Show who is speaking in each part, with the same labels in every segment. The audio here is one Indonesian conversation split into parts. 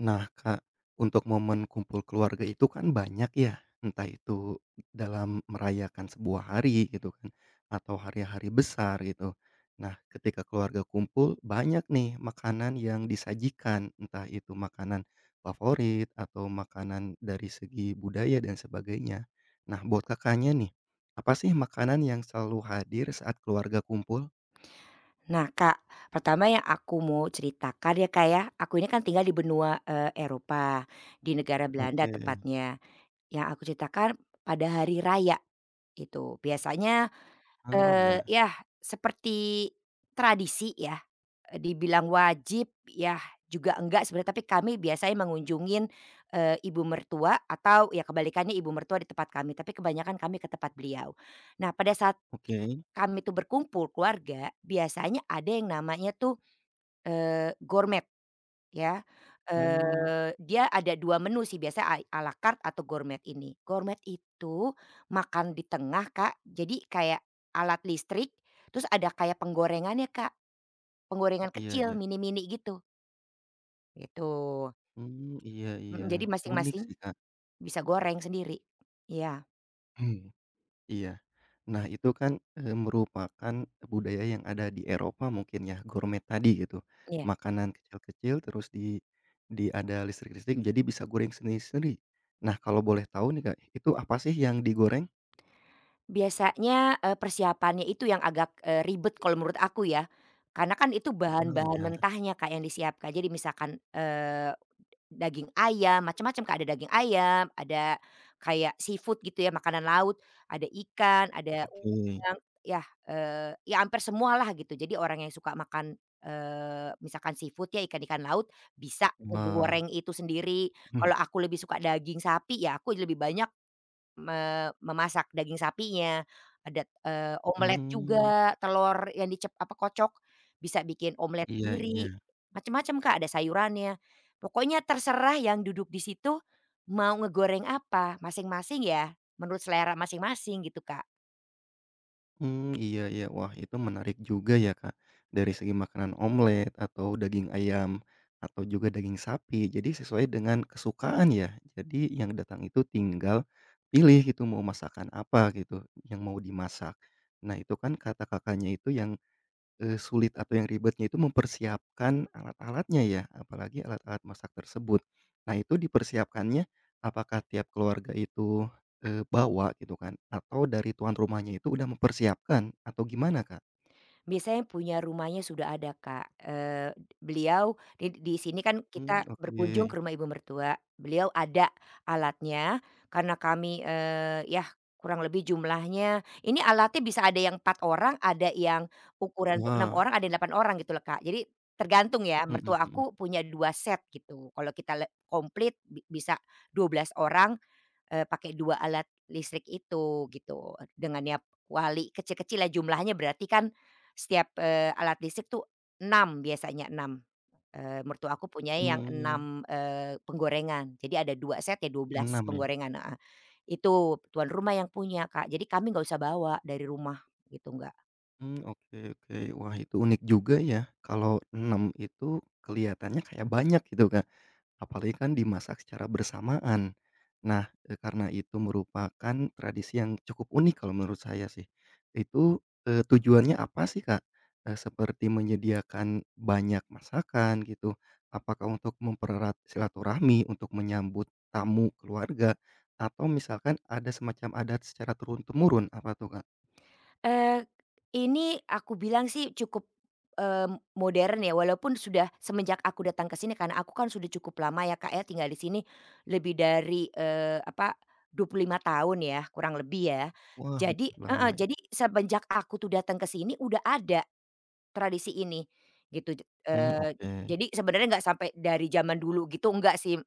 Speaker 1: Nah, Kak, untuk momen kumpul keluarga itu kan banyak ya, entah itu dalam merayakan sebuah hari gitu kan, atau hari-hari besar gitu. Nah, ketika keluarga kumpul banyak nih makanan yang disajikan, entah itu makanan favorit atau makanan dari segi budaya dan sebagainya. Nah, buat Kakaknya nih, apa sih makanan yang selalu hadir saat keluarga kumpul?
Speaker 2: Nah Kak, pertama yang aku mau ceritakan ya Kak ya, aku ini kan tinggal di benua, Eropa, di negara Belanda
Speaker 1: Oke,
Speaker 2: tepatnya. Yang aku ceritakan pada hari raya itu. Biasanya,
Speaker 1: ah, iya,
Speaker 2: yah seperti tradisi ya. Dibilang wajib, ya juga enggak sebenarnya, tapi kami biasanya mengunjungin, ibu mertua atau ya kebalikannya ibu mertua di tempat kami, tapi kebanyakan kami ke tempat beliau. Nah, pada saat
Speaker 1: oke,
Speaker 2: kami tuh berkumpul keluarga, biasanya ada yang namanya tuh, gourmet ya,
Speaker 1: hmm,
Speaker 2: dia ada 2 menu sih biasanya à carte atau gourmet ini. Gourmet itu makan di tengah Kak, jadi kayak alat listrik, terus ada kayak penggorengannya Kak. Penggorengan
Speaker 1: iya
Speaker 2: kecil,
Speaker 1: iya.
Speaker 2: mini-mini gitu.
Speaker 1: Mmm, iya iya,
Speaker 2: Mhm, jadi
Speaker 1: unik
Speaker 2: masing-masing
Speaker 1: sih, Kak.
Speaker 2: bisa goreng sendiri. Iya
Speaker 1: Mhm, iya. Nah itu kan, merupakan budaya yang ada di Eropa mungkin ya, gourmet tadi gitu.
Speaker 2: iya.
Speaker 1: Makanan kecil-kecil terus di ada listrik-listrik jadi bisa goreng sendiri-sendiri. Nah kalau boleh tahu nih, Kak, itu apa sih yang digoreng?
Speaker 2: Biasanya, persiapannya itu yang agak, ribet kalau menurut aku ya, karena kan itu
Speaker 1: Oh
Speaker 2: bahan-bahan
Speaker 1: iya,
Speaker 2: mentahnya, Kak, yang disiapkan. Jadi misalkan, daging ayam, macam-macam Kak, ada daging ayam, ada kayak seafood gitu ya, makanan laut, ada ikan, ada
Speaker 1: oke.
Speaker 2: udang, yah, ya hampir semualah gitu. Jadi orang yang suka makan, misalkan seafood ya, ikan-ikan laut, bisa
Speaker 1: Wah,
Speaker 2: ngegoreng itu sendiri.
Speaker 1: mhm,
Speaker 2: Kalau aku lebih suka daging sapi, ya aku lebih banyak memasak daging sapinya, ada, eee, Mhm. omelet
Speaker 1: mmm,
Speaker 2: juga, telur yang kocok, bisa bikin omelet
Speaker 1: iya iya.
Speaker 2: sendiri, macam-macam Kak, ada sayurannya. Pokoknya terserah yang duduk di situ mau ngegoreng apa, masing-masing ya menurut selera masing-masing gitu, Kak.
Speaker 1: Hmm, iya iya. Wah, itu menarik juga ya, Kak. Dari segi makanan omelet atau daging ayam atau juga daging sapi. Jadi sesuai dengan kesukaan ya. Jadi yang datang itu tinggal pilih gitu mau masakan apa gitu yang mau dimasak. Nah, itu kan kata Kakaknya itu yang sulit atau yang ribetnya itu mempersiapkan alat-alatnya ya, apalagi alat-alat masak tersebut. Nah itu dipersiapkannya apakah tiap keluarga itu, bawa gitu kan atau dari tuan rumahnya itu udah mempersiapkan atau gimana, Kak?
Speaker 2: Biasanya punya rumahnya sudah ada, Kak, beliau di sini kan
Speaker 1: Mmm,
Speaker 2: kita
Speaker 1: oke.
Speaker 2: berkunjung ke rumah ibu mertua, beliau ada alatnya karena kami, yah kurang lebih jumlahnya ini alatnya bisa ada yang 4 orang, ada yang ukuran untuk 6
Speaker 1: Wah,
Speaker 2: orang, ada yang 8 orang gitu loh, Kak. Jadi tergantung ya,
Speaker 1: mhm
Speaker 2: mertua
Speaker 1: mhm.
Speaker 2: aku punya 2 set gitu, kalau kita komplit bisa 12 orang. Pakai 2 alat listrik itu gitu, dengan ya kuali kecil-kecil lah jumlahnya berarti kan setiap, alat listrik tuh enam, biasanya enam, mertua aku punya yang
Speaker 1: Mmm,
Speaker 2: enam, penggorengan. Jadi ada 2 set ya 12
Speaker 1: 6 ya?
Speaker 2: penggorengan, heeh. Itu tuan rumah yang punya Kak, jadi kami nggak usah bawa dari rumah gitu, nggak.
Speaker 1: Mmm, oke oke. Wah itu unik juga ya, kalau 6 itu kelihatannya kayak banyak gitu kan. Apalagi kan dimasak secara bersamaan. Nah, karena itu merupakan tradisi yang cukup unik kalau menurut saya sih. Itu, tujuannya apa sih, Kak? Eee, seperti menyediakan banyak masakan gitu, apakah untuk mempererat silaturahmi, untuk menyambut tamu keluarga, atau misalkan ada semacam adat secara turun-temurun? Apa tuh, Kak?
Speaker 2: Eee, ini aku bilang sih cukup, modern ya walaupun sudah semenjak aku datang ke sini karena aku kan sudah cukup lama ya, Kak, ya tinggal di sini lebih dari, apa, 25 tahun ya kurang lebih ya.
Speaker 1: Wah,
Speaker 2: Jadi
Speaker 1: lama
Speaker 2: heeh,
Speaker 1: ya.
Speaker 2: jadi semenjak aku tuh datang ke sini udah ada tradisi ini gitu,
Speaker 1: Hmm, oke.
Speaker 2: jadi sebenarnya nggak sampai dari zaman dulu gitu enggak sih.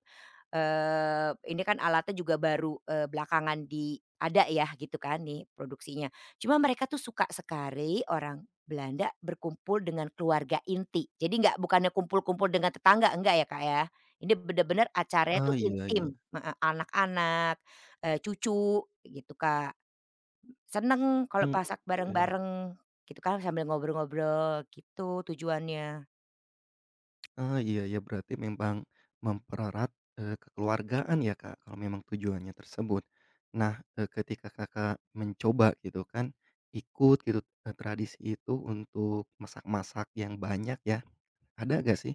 Speaker 2: Ini kan alatnya juga baru, belakangan di ada ya gitu kan nih produksinya. Cuma mereka tuh suka sekali orang Belanda berkumpul dengan keluarga inti. Jadi nggak bukannya kumpul-kumpul dengan tetangga, enggak ya, Kak, ya. Ini bener-bener acaranya
Speaker 1: Ah,
Speaker 2: tuh
Speaker 1: iya
Speaker 2: intim,
Speaker 1: iya.
Speaker 2: heeh, anak-anak, cucu gitu, Kak. Seneng kalau
Speaker 1: Hmm,
Speaker 2: masak
Speaker 1: oke.
Speaker 2: bareng-bareng gitu kan sambil ngobrol-ngobrol gitu tujuannya.
Speaker 1: Ah, iya ya berarti memang mempererat, kekeluargaan ya, Kak, kalau memang tujuannya tersebut. Nah, ketika Kakak mencoba gitu kan, ikut gitu, tradisi itu untuk masak-masak yang banyak ya, ada nggak sih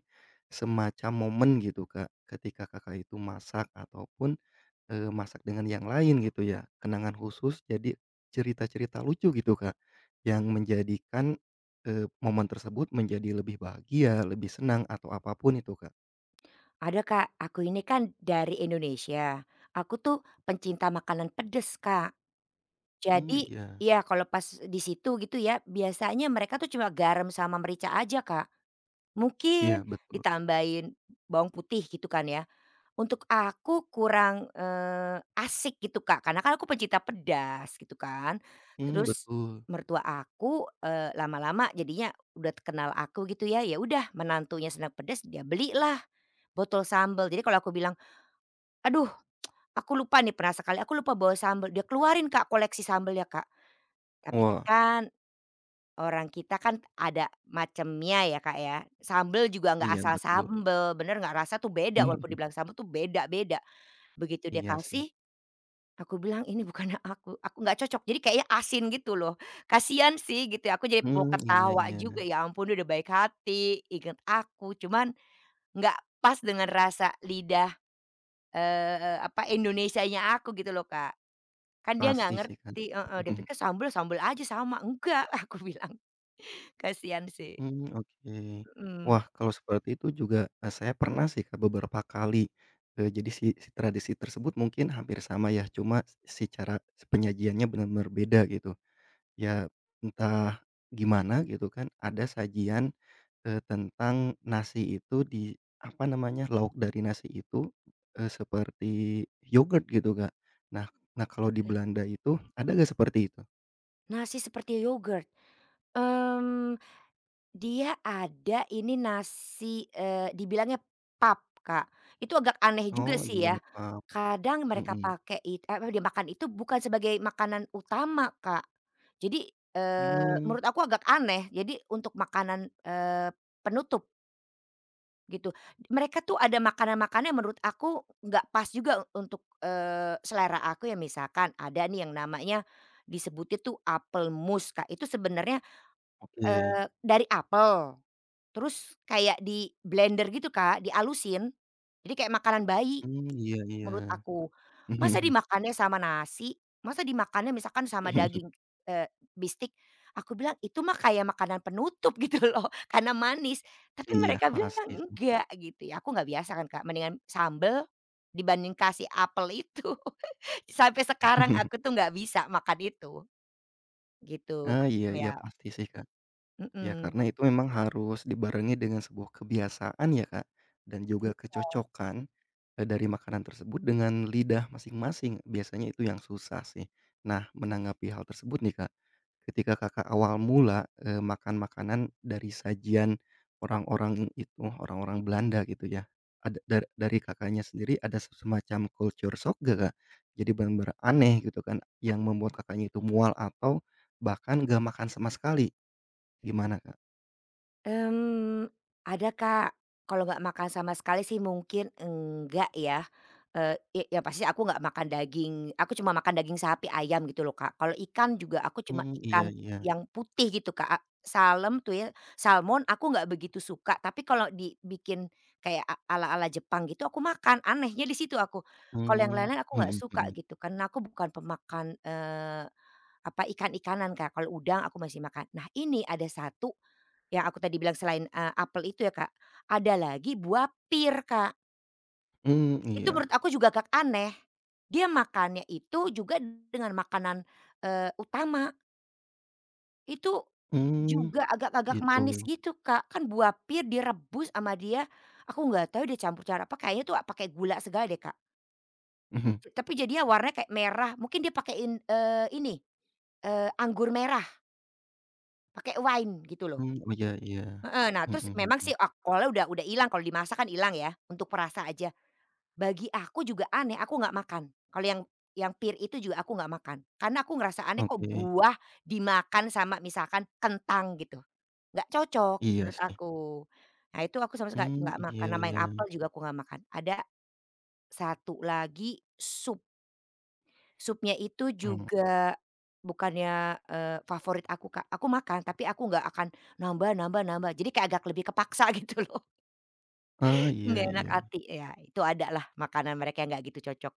Speaker 1: semacam momen gitu, Kak, ketika Kakak itu masak ataupun masak dengan yang lain gitu ya, kenangan khusus jadi cerita-cerita lucu gitu, Kak, yang menjadikan, momen tersebut menjadi lebih bahagia, lebih senang atau apapun itu, Kak.
Speaker 2: Ada Kak, aku ini kan dari Indonesia, aku tuh pencinta makanan pedes Kak.
Speaker 1: Mmm,
Speaker 2: Jadi
Speaker 1: iya.
Speaker 2: ya kalau pas di situ gitu ya, biasanya mereka tuh cuma garam sama merica aja Kak.
Speaker 1: Iya
Speaker 2: Mungkin
Speaker 1: betul.
Speaker 2: ditambahin bawang putih gitu kan ya. Untuk aku kurang, asik gitu Kak, karena kan aku pencinta pedas gitu kan.
Speaker 1: Mmm,
Speaker 2: Terus
Speaker 1: betul.
Speaker 2: mertua aku, lama-lama jadinya udah kenal aku gitu ya, ya udah menantunya senang pedas dia belilah botol sambal. Jadi kalau aku bilang, aduh, aku lupa nih pernah sekali, aku lupa bawa sambel, dia keluarin Kak koleksi sambelnya Kak. Tapi
Speaker 1: Wah,
Speaker 2: kan orang kita kan ada macemnya ya Kak ya, sambel juga nggak
Speaker 1: iya
Speaker 2: asal
Speaker 1: betul.
Speaker 2: sambel, bener nggak, rasa tuh beda walaupun dibilang sambel tuh beda-beda. Begitu dia
Speaker 1: Iya sih.
Speaker 2: kasih, aku bilang, "Ini bukan aku, aku nggak cocok." Jadi kayaknya asin gitu loh, kasian sih gitu ya, aku jadi mau
Speaker 1: Mmm, iya
Speaker 2: ketawa
Speaker 1: iya.
Speaker 2: juga, ya ampun dia udah baik hati, inget aku, cuman nggak pas dengan rasa lidah, apa, Indonesianya aku gitu loh Kak. Kan dia nggak
Speaker 1: Pasti sih, Kak.
Speaker 2: ngerti, heeh, dia pikir sambel, sambel aja sama, enggak, aku bilang, kasihan sih,
Speaker 1: Mmm, oke.
Speaker 2: mhm.
Speaker 1: Wah, kalau seperti itu juga, saya pernah sih, Kak, beberapa kali. Jadi si si tradisi tersebut mungkin hampir sama ya, cuma si cara si penyajiannya benar-benar beda gitu. Ya entah gimana gitu kan, ada sajian, tentang nasi itu di apa namanya, lauk dari nasi itu, seperti yogurt gitu, Kak. Nah nah kalau di
Speaker 2: Oke.
Speaker 1: Belanda itu ada nggak seperti itu?
Speaker 2: Nasi seperti yogurt, mmm, dia ada ini nasi, dibilangnya pup, Kak, itu agak aneh juga
Speaker 1: Oh,
Speaker 2: sih
Speaker 1: iya,
Speaker 2: ya,
Speaker 1: paham.
Speaker 2: kadang mereka
Speaker 1: Mhm.
Speaker 2: pakai dia makan itu bukan sebagai makanan utama, Kak. Jadi,
Speaker 1: Mmm,
Speaker 2: menurut aku agak aneh, jadi untuk makanan, penutup. Gitu. Mereka tuh ada makanan-makanan yang menurut aku nggak pas juga untuk, selera aku ya misalkan ada nih yang namanya disebutnya tuh apel mus, Kak, itu sebenarnya,
Speaker 1: oke.
Speaker 2: dari apel, terus kayak di-blender gitu, Kak, dialusin jadi kayak makanan bayi.
Speaker 1: Mmm, iya iya.
Speaker 2: Menurut aku. Masa
Speaker 1: Mhm
Speaker 2: dimakannya sama nasi, masa dimakannya misalkan sama
Speaker 1: mhm.
Speaker 2: daging, bistik, aku bilang, "Itu mah kayak makanan penutup," gitu loh, karena manis. Tapi
Speaker 1: Iya,
Speaker 2: mereka bilang,
Speaker 1: pasti sih.
Speaker 2: "Enggak," gitu ya. Aku nggak biasa kan, Kak, mendingan sambel dibanding kasih apel itu. Sampai sekarang aku tuh nggak bisa makan itu, gitu.
Speaker 1: Ah, iya iya,
Speaker 2: Ya,
Speaker 1: pasti sih, Kak. Ya
Speaker 2: mhm.
Speaker 1: karena itu memang harus dibarengi dengan sebuah kebiasaan ya Kak, dan juga kecocokan, dari makanan tersebut dengan lidah masing-masing, biasanya itu yang susah sih. Nah menanggapi hal tersebut nih Kak, ketika Kakak awal mula, makan makanan dari sajian orang-orang itu, orang-orang Belanda gitu ya, ada dari Kakaknya sendiri ada semacam culture shock gak Kak? Jadi benar-benar aneh gitu kan yang membuat Kakaknya itu mual atau bahkan gak makan sama sekali, gimana Kak?
Speaker 2: Mmm, ada Kak, kalau nggak makan sama sekali sih mungkin enggak ya, ya yang pasti aku nggak makan daging, aku cuma makan daging sapi, ayam gitu loh Kak. Kalau ikan juga aku cuma
Speaker 1: Mmm, iya
Speaker 2: ikan
Speaker 1: iya.
Speaker 2: yang putih gitu Kak, salem tuh ya, salmon aku nggak begitu suka, tapi kalau dibikin kayak ala-ala Jepang gitu aku makan, anehnya di situ aku. Kalau yang
Speaker 1: Mmm,
Speaker 2: lain-lain aku nggak
Speaker 1: mhm
Speaker 2: suka
Speaker 1: mhm.
Speaker 2: gitu, karena aku bukan pemakan, apa, ikan-ikanan Kak, kalau udang aku masih makan. Nah ini ada satu yang aku tadi bilang selain, apel itu ya, Kak, ada lagi buah pir, Kak.
Speaker 1: Mmm,
Speaker 2: Itu
Speaker 1: iya.
Speaker 2: menurut aku juga agak aneh. Dia makannya itu juga dengan makanan, utama, itu
Speaker 1: Mmm,
Speaker 2: juga agak-agak
Speaker 1: gitu.
Speaker 2: manis gitu, Kak. Kan buah pir direbus sama dia, aku nggak tahu dia campur cara apa, kayaknya tuh pakai gula segala deh, Kak.
Speaker 1: Mhm.
Speaker 2: Tapi jadinya warnanya kayak merah, mungkin dia pakein, ini, anggur merah, pakai wine gitu loh.
Speaker 1: Mmm, oh iya iya.
Speaker 2: Heeh, nah
Speaker 1: Mhm
Speaker 2: terus memang
Speaker 1: mhm.
Speaker 2: sih udah hilang, kalau dimasak kan hilang ya, untuk perasa aja. Bagi aku juga aneh, aku nggak makan. Kalau yang pir itu juga aku nggak makan. Karena aku ngerasa aneh kok
Speaker 1: Oke.
Speaker 2: buah dimakan sama misalkan kentang gitu, nggak cocok
Speaker 1: Iya
Speaker 2: menurut
Speaker 1: sih.
Speaker 2: aku. Nah itu aku sama sekali
Speaker 1: Mmm,
Speaker 2: nggak makan,
Speaker 1: iya
Speaker 2: nama
Speaker 1: iya.
Speaker 2: yang apel juga aku nggak makan. Ada satu lagi sup, supnya itu
Speaker 1: Mmm,
Speaker 2: juga bukannya, favorit aku, Kak. Aku makan tapi aku nggak akan nambah nambah nambah, jadi kayak agak lebih kepaksa gitu loh,
Speaker 1: ah, iya
Speaker 2: nggak enak
Speaker 1: iya.
Speaker 2: hati. Ya itu ada lah makanan mereka yang nggak gitu cocok.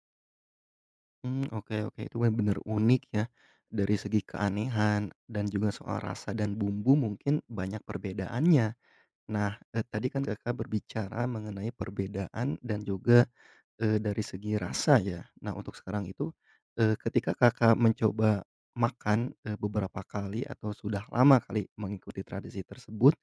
Speaker 1: Mmm, oke oke. Itu bener-bener unik ya, dari segi keanehan dan juga soal rasa dan bumbu mungkin banyak perbedaannya. Nah, tadi kan Kakak berbicara mengenai perbedaan dan juga dari segi rasa ya. Nah, untuk sekarang itu, ketika Kakak mencoba makan, beberapa kali atau sudah lama kali mengikuti tradisi tersebut,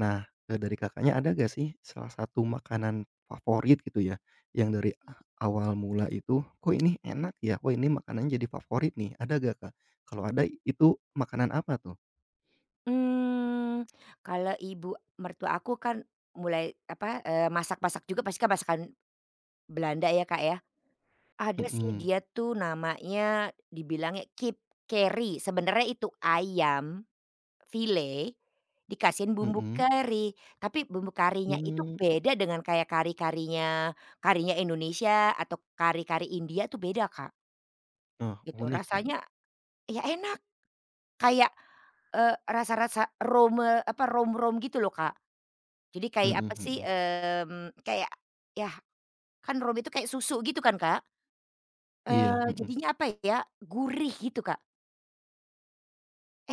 Speaker 1: nah, dari Kakaknya ada nggak sih salah satu makanan favorit gitu ya, yang dari awal mula itu, "Kok ini enak ya? Wah, ini makanannya jadi favorit nih." Ada nggak, Kak? Kalau ada, itu makanan apa tuh?
Speaker 2: Mmm, Kalau ibu mertua aku kan mulai apa, masak-masak juga pasti kan masakan Belanda ya, Kak, ya. Ada sih
Speaker 1: Mhm,
Speaker 2: dia tuh namanya dibilangnya kipkeri, sebenarnya itu ayam file dikasihin bumbu
Speaker 1: mhm.
Speaker 2: kari, tapi bumbu karinya itu
Speaker 1: Mmm,
Speaker 2: beda dengan kayak kari-karinya karinya Indonesia atau kari-kari India tuh beda, Kak,
Speaker 1: oh,
Speaker 2: gitu.
Speaker 1: unik ya?
Speaker 2: Rasanya ya enak kayak, rasa-rasa rome apa, rom-rom gitu loh, Kak. Jadi kayak
Speaker 1: Mhm
Speaker 2: apa sih,
Speaker 1: mhm.
Speaker 2: kayak yah kan rom itu kayak susu gitu kan, Kak,
Speaker 1: Iya, mhm.
Speaker 2: jadinya apa ya, gurih gitu, Kak,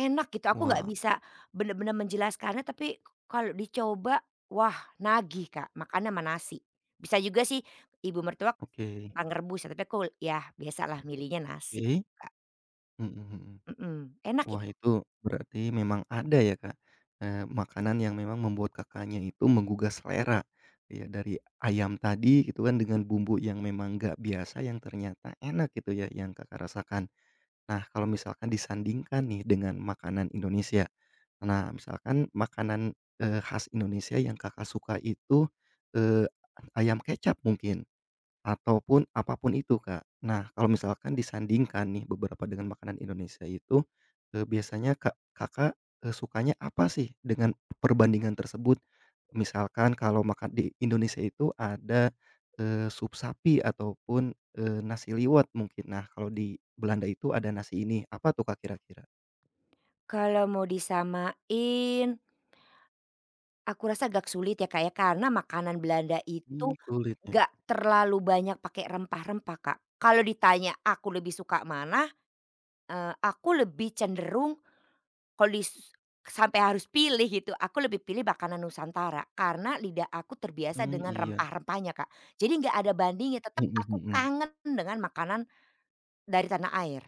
Speaker 2: enak gitu aku nggak
Speaker 1: Wah,
Speaker 2: bisa bener-bener menjelaskannya tapi kalau dicoba wah nagih, Kak, makannya sama nasi. Bisa juga sih ibu mertua
Speaker 1: oke.
Speaker 2: kentang rebus ya tapi aku yah biasalah milihnya nasi,
Speaker 1: Oke?
Speaker 2: Kak,
Speaker 1: Mhm mhm.
Speaker 2: mhm, enak
Speaker 1: Wah
Speaker 2: itu.
Speaker 1: itu berarti memang ada ya Kak, makanan yang memang membuat Kakaknya itu menggugah selera, ya dari ayam tadi gitu kan dengan bumbu yang memang nggak biasa yang ternyata enak gitu ya yang Kakak rasakan. Nah kalau misalkan disandingkan nih dengan makanan Indonesia, nah misalkan makanan, khas Indonesia yang Kakak suka itu, eee, ayam kecap mungkin. Ataupun apapun itu, Kak. Nah, kalau misalkan disandingkan nih beberapa dengan makanan Indonesia itu, biasanya Kakak, sukanya apa sih dengan perbandingan tersebut? Misalkan kalau makan di Indonesia itu ada, sup sapi ataupun, nasi liwet mungkin. Nah, kalau di Belanda itu ada nasi ini. Apa tuh, Kak, kira-kira?
Speaker 2: Kalau mau disamain aku rasa agak sulit ya, Kak, ya, karena makanan Belanda
Speaker 1: Mmm,
Speaker 2: itu
Speaker 1: sulitnya.
Speaker 2: gak terlalu banyak pakai rempah-rempah, Kak. Kalau ditanya aku lebih suka mana, aku lebih cenderung kalau sampai harus pilih gitu, aku lebih pilih makanan Nusantara karena lidah aku terbiasa
Speaker 1: Hmm,
Speaker 2: dengan
Speaker 1: iya.
Speaker 2: rempah-rempahnya, Kak. Jadi nggak ada bandingnya,
Speaker 1: Hmm
Speaker 2: tetap
Speaker 1: hmm
Speaker 2: aku
Speaker 1: hmm. Hmm.
Speaker 2: kangen dengan makanan dari tanah air.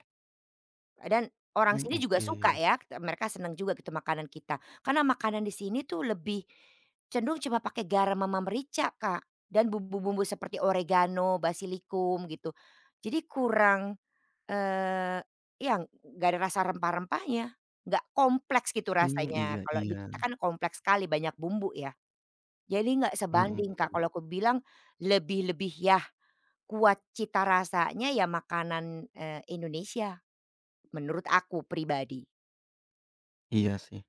Speaker 2: Dan orang
Speaker 1: Hmm,
Speaker 2: sini juga suka
Speaker 1: oke.
Speaker 2: ya, mereka seneng juga gitu makanan kita. Karena makanan di sini tuh lebih cenderung cuma pakai garam sama merica, Kak, dan bumbu-bumbu seperti oregano, basilikum gitu. Jadi kurang, eee, ya nggak ada rasa rempah-rempahnya, nggak kompleks gitu
Speaker 1: Hmm,
Speaker 2: rasanya.
Speaker 1: iya
Speaker 2: Kalau di kita
Speaker 1: iya.
Speaker 2: kan kompleks sekali banyak bumbu ya. Jadi nggak
Speaker 1: Hmm hmm
Speaker 2: sebanding, Kak,
Speaker 1: hmm.
Speaker 2: kalau aku bilang lebih-lebih ya kuat cita rasanya ya makanan, Indonesia menurut aku pribadi.
Speaker 1: Iya sih.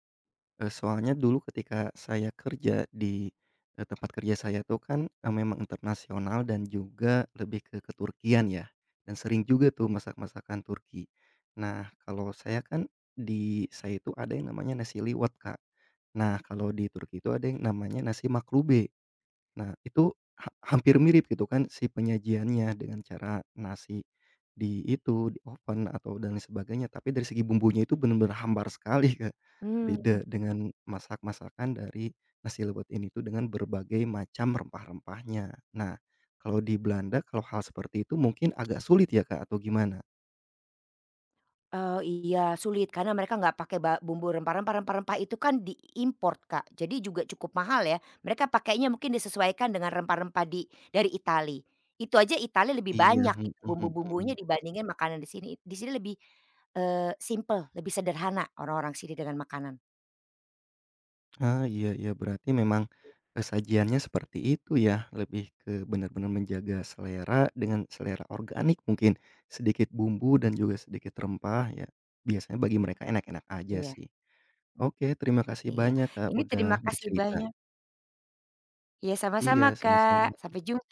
Speaker 1: Soalnya dulu ketika saya kerja di, tempat kerja saya tuh kan, memang internasional dan juga lebih ke keturkian ya, dan sering juga tuh masak-masakan Turki. Nah, kalau saya kan di saya itu ada yang namanya nasi liwet, Kak. Nah, kalau di Turki itu ada yang namanya nasi maklube. Nah, itu hampir mirip gitu kan si penyajiannya dengan cara nasi di itu, di oven atau dan lain sebagainya, tapi dari segi bumbunya itu benar-benar hambar sekali, Kak.
Speaker 2: Mmm,
Speaker 1: Beda dengan masak-masakan dari nasi lewat ini tuh dengan berbagai macam rempah-rempahnya. Nah, kalau di Belanda kalau hal seperti itu mungkin agak sulit ya, Kak, atau gimana?
Speaker 2: oh iya, sulit karena mereka nggak pakai bumbu rempah-rempah, rempah-rempah itu kan diimport, Kak, jadi juga cukup mahal ya. Mereka pakainya mungkin disesuaikan dengan rempah-rempah dari Itali. Itu aja Itali lebih
Speaker 1: Iya,
Speaker 2: banyak
Speaker 1: mhm
Speaker 2: gitu bumbu-bumbunya
Speaker 1: mhm.
Speaker 2: dibandingin makanan di sini. Di sini lebih, simple, lebih sederhana orang-orang sini dengan makanan.
Speaker 1: Ah, iya iya, berarti memang, eee, seperti itu ya, lebih ke benar-benar menjaga selera dengan selera organik mungkin, sedikit bumbu dan juga sedikit rempah ya, biasanya bagi mereka enak-enak aja
Speaker 2: Iya
Speaker 1: sih. Oke, terima kasih
Speaker 2: iya.
Speaker 1: banyak, Kak,
Speaker 2: Ini terima
Speaker 1: udah
Speaker 2: kasih
Speaker 1: bercerita.
Speaker 2: banyak. Iya
Speaker 1: Iya,
Speaker 2: sama-sama,
Speaker 1: sama-sama.
Speaker 2: Kak. Sampai jumpa.